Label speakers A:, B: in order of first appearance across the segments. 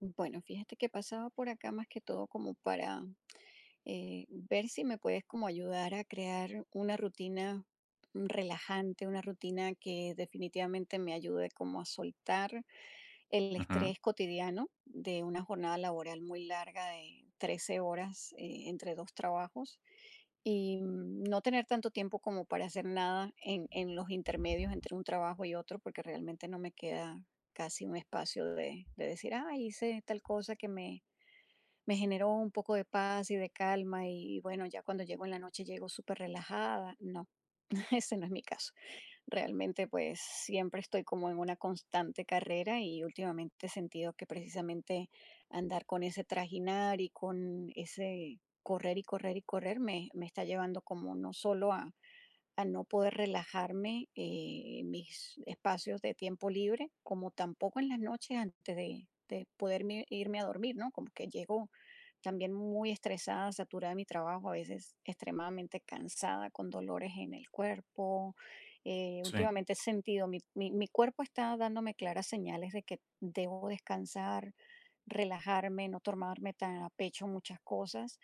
A: Bueno, fíjate que pasaba por acá más que todo como para ver si me puedes como ayudar a crear una rutina relajante, una rutina que definitivamente me ayude como a soltar el
B: Ujú.
A: estrés cotidiano de una jornada laboral muy larga de 13 horas entre dos trabajos y no tener tanto tiempo como para hacer nada en los intermedios entre un trabajo y otro, porque realmente no me queda casi un espacio de decir, ah, hice tal cosa que me generó un poco de paz y de calma. Y bueno, ya cuando llego en la noche llego súper relajada. No, ese no es mi caso. Realmente pues siempre estoy como en una constante carrera y últimamente he sentido que precisamente andar con ese trajinar y con ese correr y correr y correr me está llevando como no solo a no poder relajarme en mis espacios de tiempo libre, como tampoco en las noches antes de poder irme a dormir, ¿no? Como que llego también muy estresada, saturada de mi trabajo, a veces extremadamente cansada, con dolores en el cuerpo.
B: Sí,
A: Últimamente he sentido, mi cuerpo está dándome claras señales de que debo descansar, relajarme, no tomarme tan a pecho muchas cosas.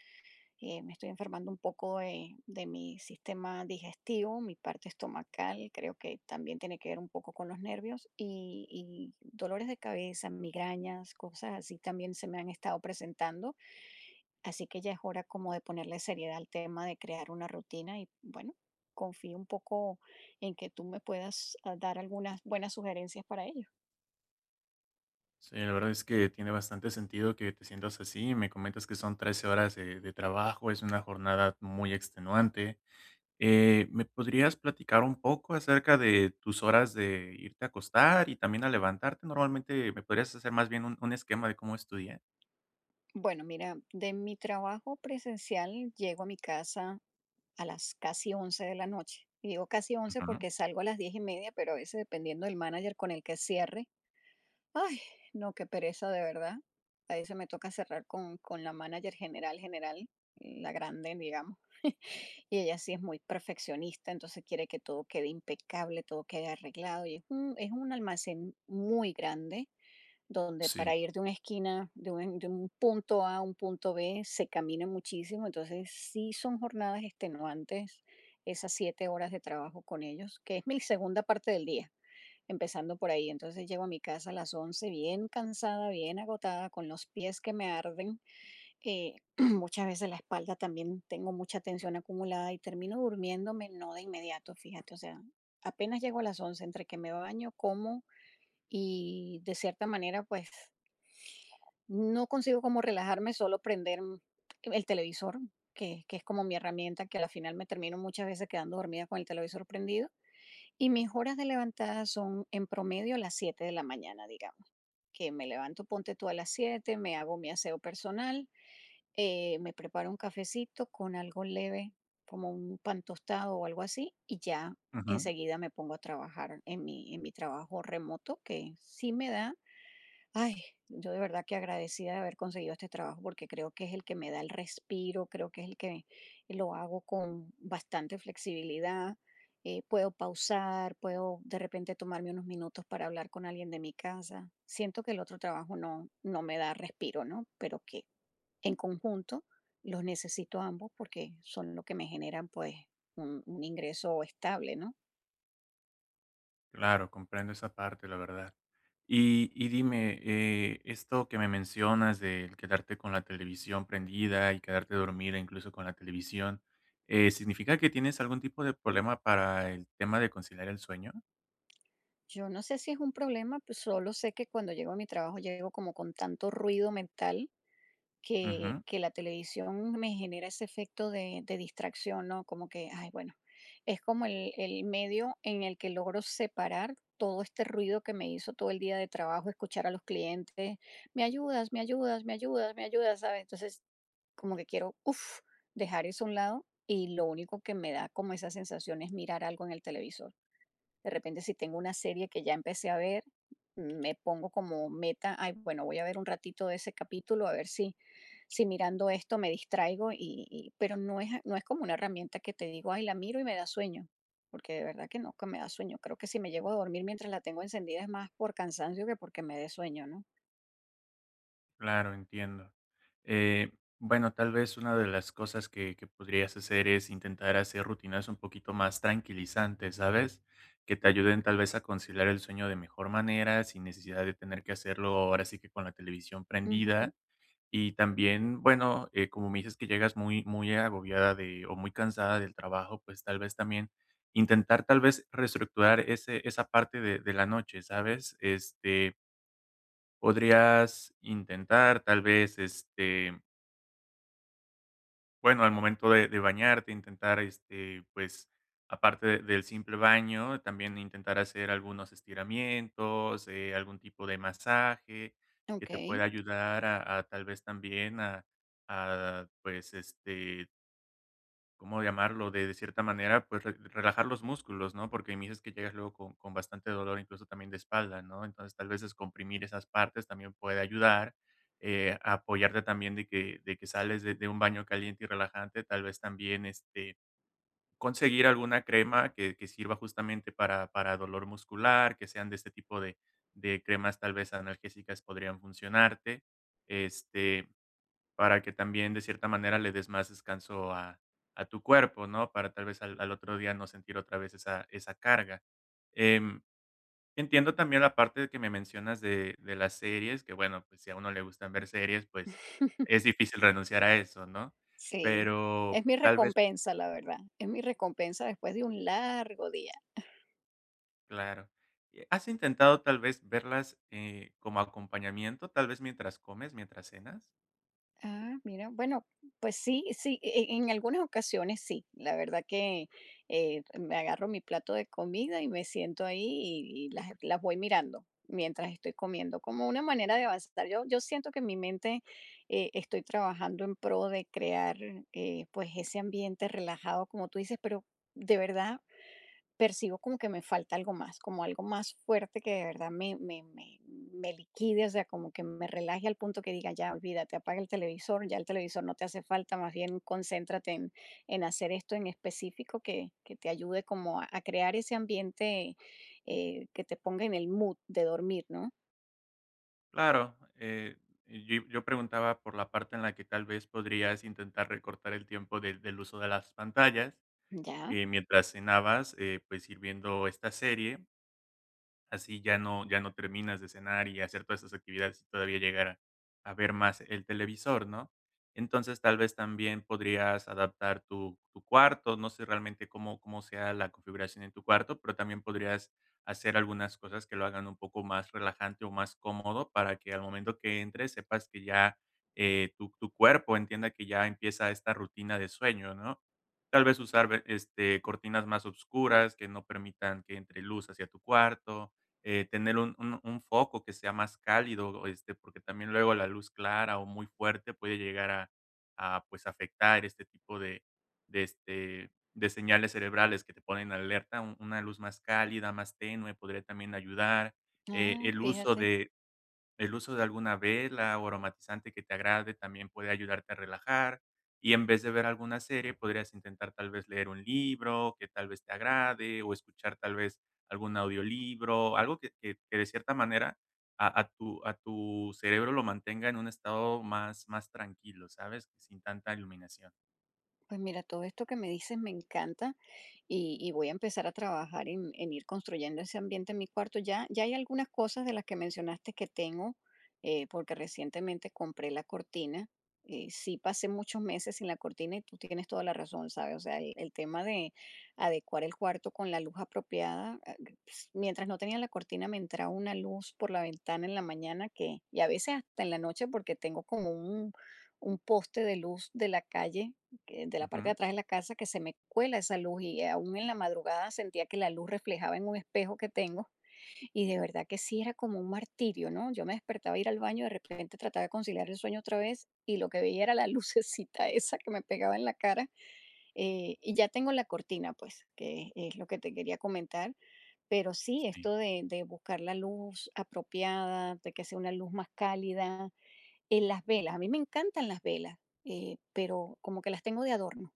A: Me estoy enfermando un poco de mi sistema digestivo, mi parte estomacal. Creo que también tiene que ver un poco con los nervios y dolores de cabeza, migrañas, cosas así también se me han estado presentando. Así que ya es hora como de ponerle seriedad al tema, de crear una rutina y bueno, confío un poco en que tú me puedas dar algunas buenas sugerencias para ello.
B: sí, la verdad es que tiene bastante sentido que te sientas así. Me comentas que son 13 horas de trabajo, es una jornada muy extenuante. ¿Me podrías platicar un poco acerca de tus horas de irte a acostar y también a levantarte? Normalmente me podrías hacer más bien un esquema de cómo estudiar.
A: Bueno, mira, de mi trabajo presencial llego a mi casa a las casi 11 de la noche. Y digo casi 11
B: Ujú.
A: porque salgo a las 10:30, pero a veces dependiendo del manager con el que cierre. Ay, no, qué pereza de verdad. A veces me toca cerrar con la manager general, general, la grande, digamos. Y ella sí es muy perfeccionista, entonces quiere que todo quede impecable, todo quede arreglado. Y es un almacén muy grande donde
B: Sí,
A: para ir de una esquina, de un punto A a un punto B, se camina muchísimo. Entonces, sí son jornadas extenuantes esas 7 horas de trabajo con ellos, que es mi segunda parte del día, empezando por ahí. Entonces, llego a mi casa a las 11 bien cansada, bien agotada, con los pies que me arden. Muchas veces la espalda también tengo mucha tensión acumulada y termino durmiéndome, no de inmediato, fíjate, o sea, apenas llego a las 11 entre que me baño, como, y de cierta manera, pues no consigo como relajarme, solo prender el televisor, que es como mi herramienta, que a la final me termino muchas veces quedando dormida con el televisor prendido. Y mis horas de levantada son en promedio las 7 de la mañana, digamos, que me levanto, ponte tú a las 7 me hago mi aseo personal. Me preparo un cafecito con algo leve, como un pan tostado o algo así, y ya
B: ujú,
A: enseguida me pongo a trabajar en mi trabajo remoto, que sí me da. Ay, yo de verdad que agradecida de haber conseguido este trabajo, porque creo que es el que me da el respiro, creo que es el que lo hago con bastante flexibilidad. Puedo pausar, puedo de repente tomarme unos minutos para hablar con alguien de mi casa. Siento que el otro trabajo no, no me da respiro, ¿no? Pero que en conjunto los necesito ambos, porque son lo que me generan pues un ingreso estable, ¿no?
B: claro, comprendo esa parte, la verdad. Y dime, esto que me mencionas del quedarte con la televisión prendida y quedarte dormida incluso con la televisión, ¿significa que tienes algún tipo de problema para el tema de conciliar el sueño?
A: Yo no sé si es un problema, pues solo sé que cuando llego a mi trabajo llego como con tanto ruido mental que,
B: Ujú,
A: que la televisión me genera ese efecto de distracción, ¿no? Como que, ay, bueno, es como el medio en el que logro separar todo este ruido que me hizo todo el día de trabajo, escuchar a los clientes, me ayudas, me ayudas, me ayudas, me ayudas, ¿sabes? Entonces, como que quiero, uff, dejar eso a un lado, y lo único que me da como esa sensación es mirar algo en el televisor. De repente, si tengo una serie que ya empecé a ver, me pongo como meta, ay, bueno, voy a ver un ratito de ese capítulo, a ver si, si mirando esto me distraigo, pero no es como una herramienta que te digo, ay, la miro y me da sueño, porque de verdad que no, que me da sueño. Creo que si me llego a dormir mientras la tengo encendida es más por cansancio que porque me dé sueño, ¿no?
B: claro, entiendo. Eh, bueno, tal vez una de las cosas que podrías hacer es intentar hacer rutinas un poquito más tranquilizantes, ¿sabes? Que te ayuden tal vez a conciliar el sueño de mejor manera, sin necesidad de tener que hacerlo ahora sí que con la televisión
A: Ujú.
B: prendida. Y también, bueno, como me dices que llegas muy muy agobiada de o muy cansada del trabajo, pues, tal vez también intentar, tal vez, reestructurar ese esa parte de la noche, ¿sabes? Podrías intentar, tal vez, bueno, al momento de bañarte, intentar, pues, aparte de del simple baño, también intentar hacer algunos estiramientos, algún tipo de masaje que
A: Ok.
B: te pueda ayudar a tal vez también a, pues, ¿cómo llamarlo? De cierta manera, pues, re relajar los músculos, ¿no? Porque me dices que llegas luego con bastante dolor, incluso también de espalda, ¿no? Entonces, tal vez es comprimir esas partes también puede ayudar, apoyarte también de que sales de un baño caliente y relajante, tal vez también, conseguir alguna crema que sirva justamente para dolor muscular, que sean de este tipo de cremas, tal vez analgésicas podrían funcionarte, este para que también de cierta manera le des más descanso a tu cuerpo, ¿no? Para tal vez al otro día no sentir otra vez esa carga. Em, Entiendo también la parte de que me mencionas de las series, que bueno, pues si a uno le gustan ver series, pues es difícil renunciar a eso, ¿no?
A: Sí, es
B: Pero
A: mi
B: tal vez,
A: recompensa, la verdad. Es mi recompensa después de un largo día.
B: claro. ¿Has intentado tal vez verlas como acompañamiento, tal vez mientras comes, mientras cenas?
A: Ah, mira, bueno, pues sí, sí, en algunas ocasiones sí. La verdad que me agarro mi plato de comida y me siento ahí, y las voy mirando mientras estoy comiendo, como una manera de avanzar. Yo siento que en mi mente estoy trabajando en pro de crear pues ese ambiente relajado, como tú dices, pero de verdad. Percibo como que me falta algo más, como algo más fuerte que de verdad me liquide. O sea, como que me relaje al punto que diga, ya olvídate, apaga el televisor, ya el televisor no te hace falta, más bien concéntrate en hacer esto en específico que te ayude como a crear ese ambiente que te ponga en el mood de dormir, ¿no?
B: Claro, yo preguntaba por la parte en la que tal vez podrías intentar recortar el tiempo del uso de las pantallas,
A: Ya,
B: mientras cenabas, pues, ir viendo esta serie, así ya no terminas de cenar y hacer todas esas actividades y todavía llegar a ver más el televisor, ¿no? Entonces, tal vez también podrías adaptar tu cuarto, no sé realmente cómo sea la configuración en tu cuarto, pero también podrías hacer algunas cosas que lo hagan un poco más relajante o más cómodo para que al momento que entres sepas que ya, tu cuerpo entienda que ya empieza esta rutina de sueño, ¿no? Tal vez usar, cortinas más oscuras que no permitan que entre luz hacia tu cuarto, tener un foco que sea más cálido, o porque también luego la luz clara o muy fuerte puede llegar a pues, afectar este tipo de de señales cerebrales que te ponen alerta. Un Una luz más cálida, más tenue podría también ayudar. Eh,
A: ah,
B: el uso
A: fíjate.
B: de el uso de alguna vela o aromatizante que te agrade también puede ayudarte a relajar. Y en vez de ver alguna serie, podrías intentar tal vez leer un libro que tal vez te agrade o escuchar tal vez algún audiolibro, algo que de cierta manera a tu cerebro lo mantenga en un estado más tranquilo, ¿sabes? Sin tanta iluminación.
A: Pues mira, todo esto que me dices me encanta, y voy a empezar a trabajar en ir construyendo ese ambiente en mi cuarto. Ya, ya hay algunas cosas de las que mencionaste que tengo, porque recientemente compré la cortina. Sí, pasé muchos meses sin la cortina y tú tienes toda la razón, ¿sabes? O sea, el tema de adecuar el cuarto con la luz apropiada. Mientras no tenía la cortina me entraba una luz por la ventana en la mañana, que, y a veces hasta en la noche porque tengo como un poste de luz de la calle, de la parte de
B: Ujú.
A: atrás de la casa, que se me cuela esa luz. Y aún en la madrugada sentía que la luz reflejaba en un espejo que tengo, y de verdad que sí era como un martirio, ¿no? Yo me despertaba a ir al baño, de repente trataba de conciliar el sueño otra vez, y lo que veía era la lucecita esa que me pegaba en la cara. Y ya tengo la cortina, pues, que es lo que te quería comentar. Pero sí,
B: Sí.
A: esto de buscar la luz apropiada, de que sea una luz más cálida, en las velas, a mí me encantan las velas. Pero como que las tengo de adorno.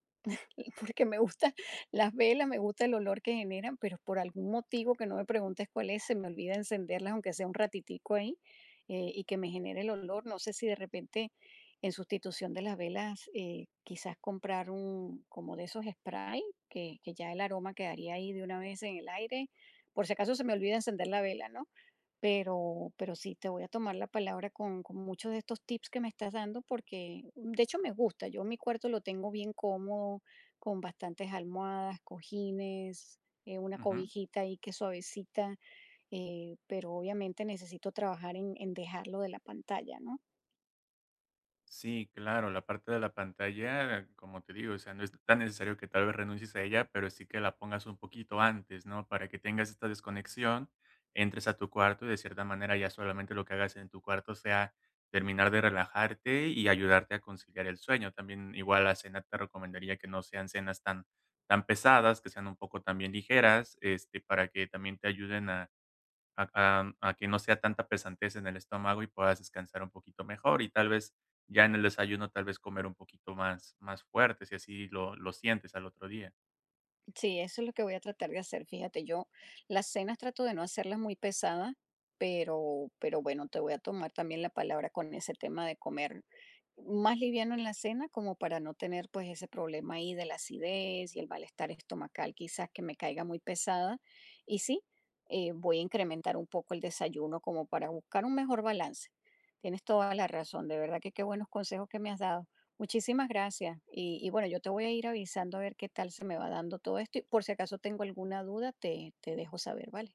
A: Porque me gusta las velas, me gusta el olor que generan, pero por algún motivo que no me preguntes cuál es, se me olvida encenderlas, aunque sea un ratitico ahí, y que me genere el olor. No sé si de repente, en sustitución de las velas, quizás comprar un como de esos spray, que ya el aroma quedaría ahí de una vez en el aire. Por si acaso se me olvida encender la vela, ¿no? Pero sí, te voy a tomar la palabra con muchos de estos tips que me estás dando, porque de hecho me gusta. Yo mi cuarto lo tengo bien cómodo, con bastantes almohadas, cojines, una
B: Ujú.
A: cobijita ahí que es suavecita. Pero obviamente necesito trabajar en dejarlo de la pantalla, ¿no?
B: Sí, claro, la parte de la pantalla, como te digo, o sea, no es tan necesario que tal vez renuncies a ella, pero sí que la pongas un poquito antes, ¿no? Para que tengas esta desconexión, entres a tu cuarto y de cierta manera ya solamente lo que hagas en tu cuarto sea terminar de relajarte y ayudarte a conciliar el sueño. También igual la cena te recomendaría que no sean cenas tan, tan pesadas, que sean un poco también ligeras, para que también te ayuden a a que no sea tanta pesantez en el estómago y puedas descansar un poquito mejor, y tal vez ya en el desayuno, tal vez comer un poquito más fuerte, si así lo sientes al otro día.
A: Sí, eso es lo que voy a tratar de hacer. Fíjate, yo las cenas trato de no hacerlas muy pesadas, pero bueno, te voy a tomar también la palabra con ese tema de comer más liviano en la cena como para no tener pues ese problema ahí de la acidez y el malestar estomacal, quizás que me caiga muy pesada. Y sí, voy a incrementar un poco el desayuno como para buscar un mejor balance. Tienes toda la razón, de verdad, que qué buenos consejos que me has dado. Muchísimas gracias. Y bueno, yo te voy a ir avisando a ver qué tal se me va dando todo esto, y por si acaso tengo alguna duda, te dejo saber, ¿vale?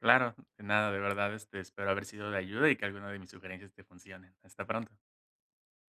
B: Claro, de nada, de verdad, espero haber sido de ayuda y que alguna de mis sugerencias te funcionen. Hasta pronto.